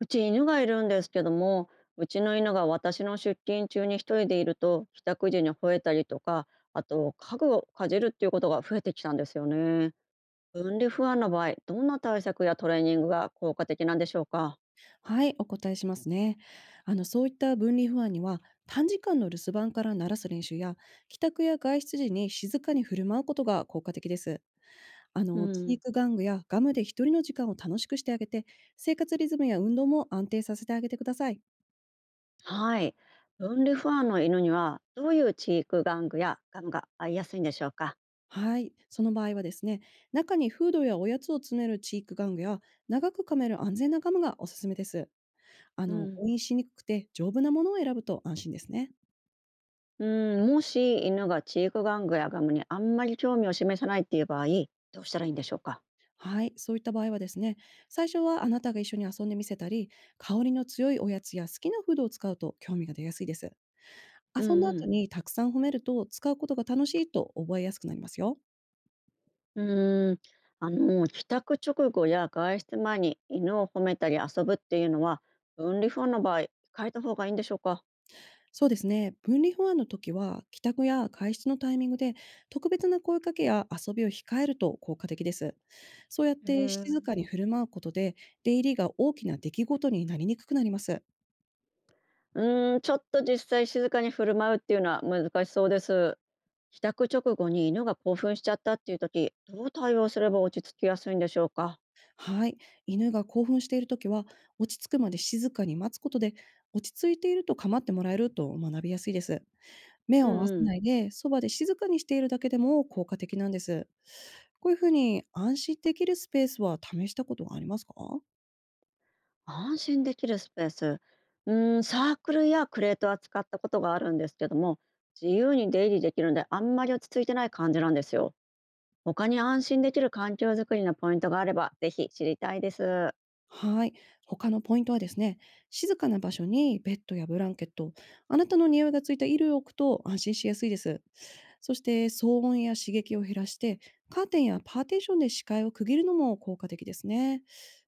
うち犬がいるんですけども、うちの犬が私の出勤中に一人でいると帰宅時に吠えたりとか、あと家具をかじるっていうことが増えてきたんですよね。分離不安の場合、どんな対策やトレーニングが効果的なんでしょうか？はい、お答えしますね。そういった分離不安には、短時間の留守番から鳴らす練習や、帰宅や外出時に静かに振る舞うことが効果的です。う知ん。育玩具やガムで一人の時間を楽しくしてあげて、生活リズムや運動も安定させてあげてください。はい。分離不安の犬にはどういう知育玩具やガムが合いやすいんでしょうか？はい、その場合はですね、中にフードやおやつを詰める知育玩具や、長く噛める安全なガムがおすすめです。うん。誤飲しにくくて丈夫なものを選ぶと安心ですね。うん、もし犬が知育玩具やガムにあんまり興味を示さないっていう場合、どうしたらいいんでしょうか？はい、そういった場合はですね、最初はあなたが一緒に遊んでみせたり、香りの強いおやつや好きなフードを使うと興味が出やすいです。うん。遊んだう後ん。にたくさん褒めると、使うことが楽しいと覚えやすくなりますよ。うーん、あの、帰宅直後や外出前に犬を褒めたり遊ぶっていうのは分離法の場合、変えた方がいいんでしょうか？そうですね、分離不安の時は、帰宅や外出のタイミングで、特別な声かけや遊びを控えると効果的です。そうやっへてえ。静かに振る舞うことで、出入りが大きな出来事になりにくくなります。うーん、ちょっと実際静かに振る舞うっていうのは難しそうです。帰宅直後に犬が興奮しちゃったっていう時、どう対応すれば落ち着きやすいんでしょうか？はい。犬が興奮しているときは、落ち着くまで静かに待つことで、落ち着いていると構ってもらえると学びやすいです。目うをん合わせうん。ないで、そばで静かにしているだけでも効果的なんです。こういうふうに安心できるスペースは試したことがありますか？安心できるスペース。うーん、サークルやクレートは使ったことがあるんですけども、自由に出入りできるのであんまり落ち着いてない感じなんですよ。他に安心できる環境づくりのポイントがあれば、ぜひ知りたいです。はい。他のポイントはですね、静かな場所にベッドやブランケット、あなたの匂いがついた衣類を置くと安心しやすいです。そして騒音や刺激を減らして、カーテンやパーテーションで視界を区切るのも効果的ですね。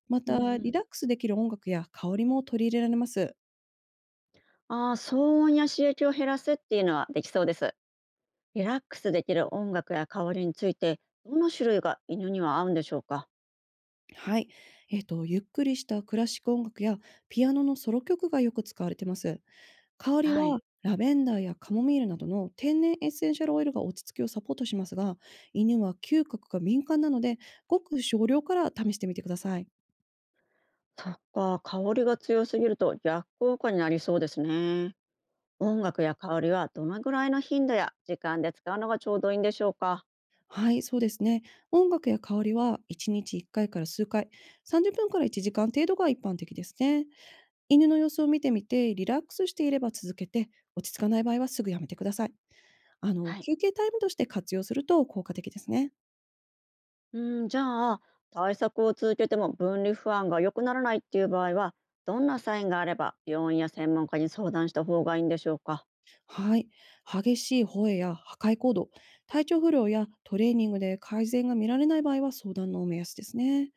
まうんた、うリん。ラックスできる音楽や香りも取り入れられます。ああ、騒音や刺激を減らすっていうのはできそうです。リラックスできる音楽や香りについて、どの種類が犬には合うんでしょうか？はい。ゆっくりしたクラシック音楽やピアノのソロ曲がよく使われてます。香りははい。ラベンダーやカモミールなどの天然エッセンシャルオイルが落ち着きをサポートしますが、犬は嗅覚が敏感なので、ごく少量から試してみてください。そっか、香りが強すぎると逆効果になりそうですね。音楽や香りはどのぐらいの頻度や時間で使うのがちょうどいいんでしょうか？はい、そうですね。音楽や香りは1日1回から数回、30分から1時間程度が一般的ですね。犬の様子を見てみて、リラックスしていれば続けて、落ち着かない場合はすぐやめてください。はい。休憩タイムとして活用すると効果的ですね。うん、じゃあ、対策を続けても分離不安が良くならないっていう場合は、どんなサインがあれば病院や専門家に相談した方がいいんでしょうか？はい。激しい吠えや破壊行動、体調不良やトレーニングで改善が見られない場合は相談の目安ですね。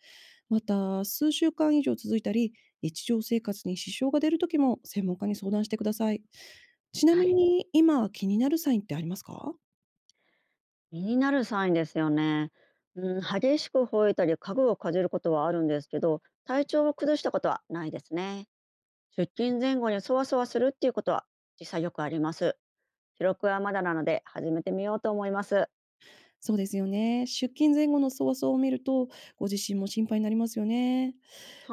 また、数週間以上続いたり、日常生活に支障が出るときも専門家に相談してください。ちなはみい。に、今気になるサインってありますか？気になるサインですよね。うん、激しく吠えたり家具をかじることはあるんですけど、体調を崩したことはないですね。出勤前後にそわそわするっていうことは実際よくあります。記録はまだなので始めてみようと思います。そうですよね。出勤前後のそわそわを見ると、ご自身も心配になりますよね。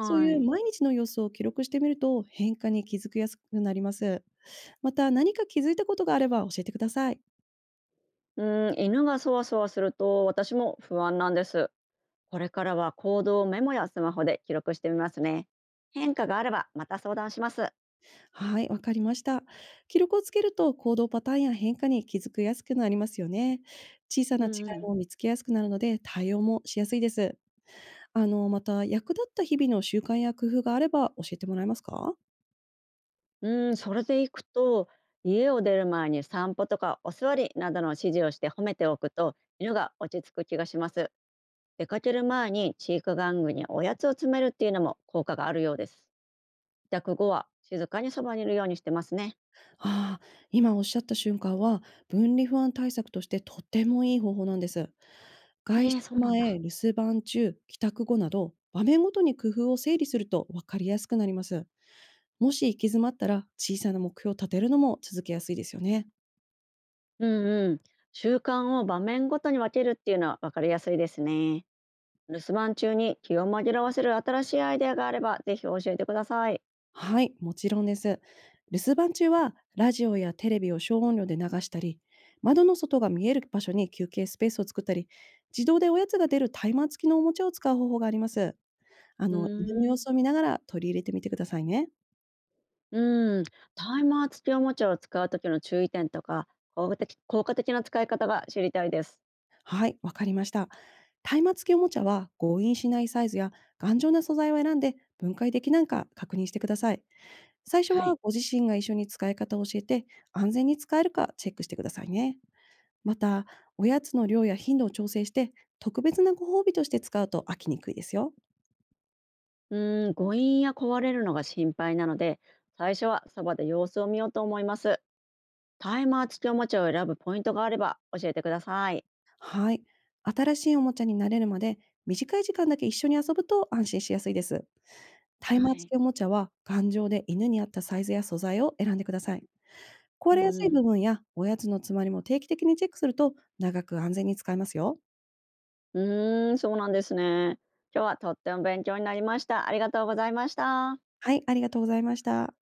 そういうい。毎日の様子を記録してみると、変化に気づきやすくなります。また何か気づいたことがあれば教えてください。うん、犬がそわそわすると私も不安なんです。これからは行動をメモやスマホで記録してみますね。変化があればまた相談します。はい、わかりました。記録をつけると行動パターンや変化に気づきやすくなりますよね。小さうな違いんも見つけやすくなるので対応もしやすいです。また役立った日々の習慣や工夫があれば教えてもらえますか？うん、うん、それでいくと家を出る前に散歩とかお座りなどの指示をして褒めておくと犬が落ち着く気がします。出かける前にチーク玩具におやつを詰めるっていうのも効果があるようです。帰宅後は静かにそばにいるようにしてますね。ああ、今おっしゃった瞬間は、分離不安対策としてとてもいい方法なんです。え外ー、そ出うなんだ。前、留守番中、帰宅後など、場面ごとに工夫を整理すると分かりやすくなります。もし行き詰まったら、小さな目標を立てるのも続けやすいですよね。うんうん。習慣を場面ごとに分けるっていうのは分かりやすいですね。留守番中に気を紛らわせる新しいアイデアがあれば、ぜひ教えてください。はい、もちろんです。留守番中は、ラジオやテレビを小音量で流したり、窓の外が見える場所に休憩スペースを作ったり、自動でおやつが出るタイマー付きのおもちゃを使う方法があります。う犬のー様ん。子を見ながら取り入れてみてくださいね。うん、タイマー付きおもちゃを使う時の注意点とか、効果的な使い方が知りたいです。はい、わかりました。松明付きおもちゃは強引しないサイズや頑丈な素材を選んで分解できないか確認してください。最初ははい。ご自身が一緒に使い方を教えて安全に使えるかチェックしてくださいね。また、おやつの量や頻度を調整して特別なご褒美として使うと飽きにくいですよ。うん、誤飲や壊れるのが心配なので、最初はそばで様子を見ようと思います。タイマー付きおもちゃを選ぶポイントがあれば教えてください。はい。新しいおもちゃに慣れるまで短い時間だけ一緒に遊ぶと安心しやすいです。タイマはー付い。きおもちゃは、頑丈で犬に合ったサイズや素材を選んでください。壊うれやんすういん。部分やおやつの詰まりも定期的にチェックすると、長く安全に使えますよ。うーん、そうなんですね。今日はとっても勉強になりました。ありがとうございました。はい、ありがとうございました。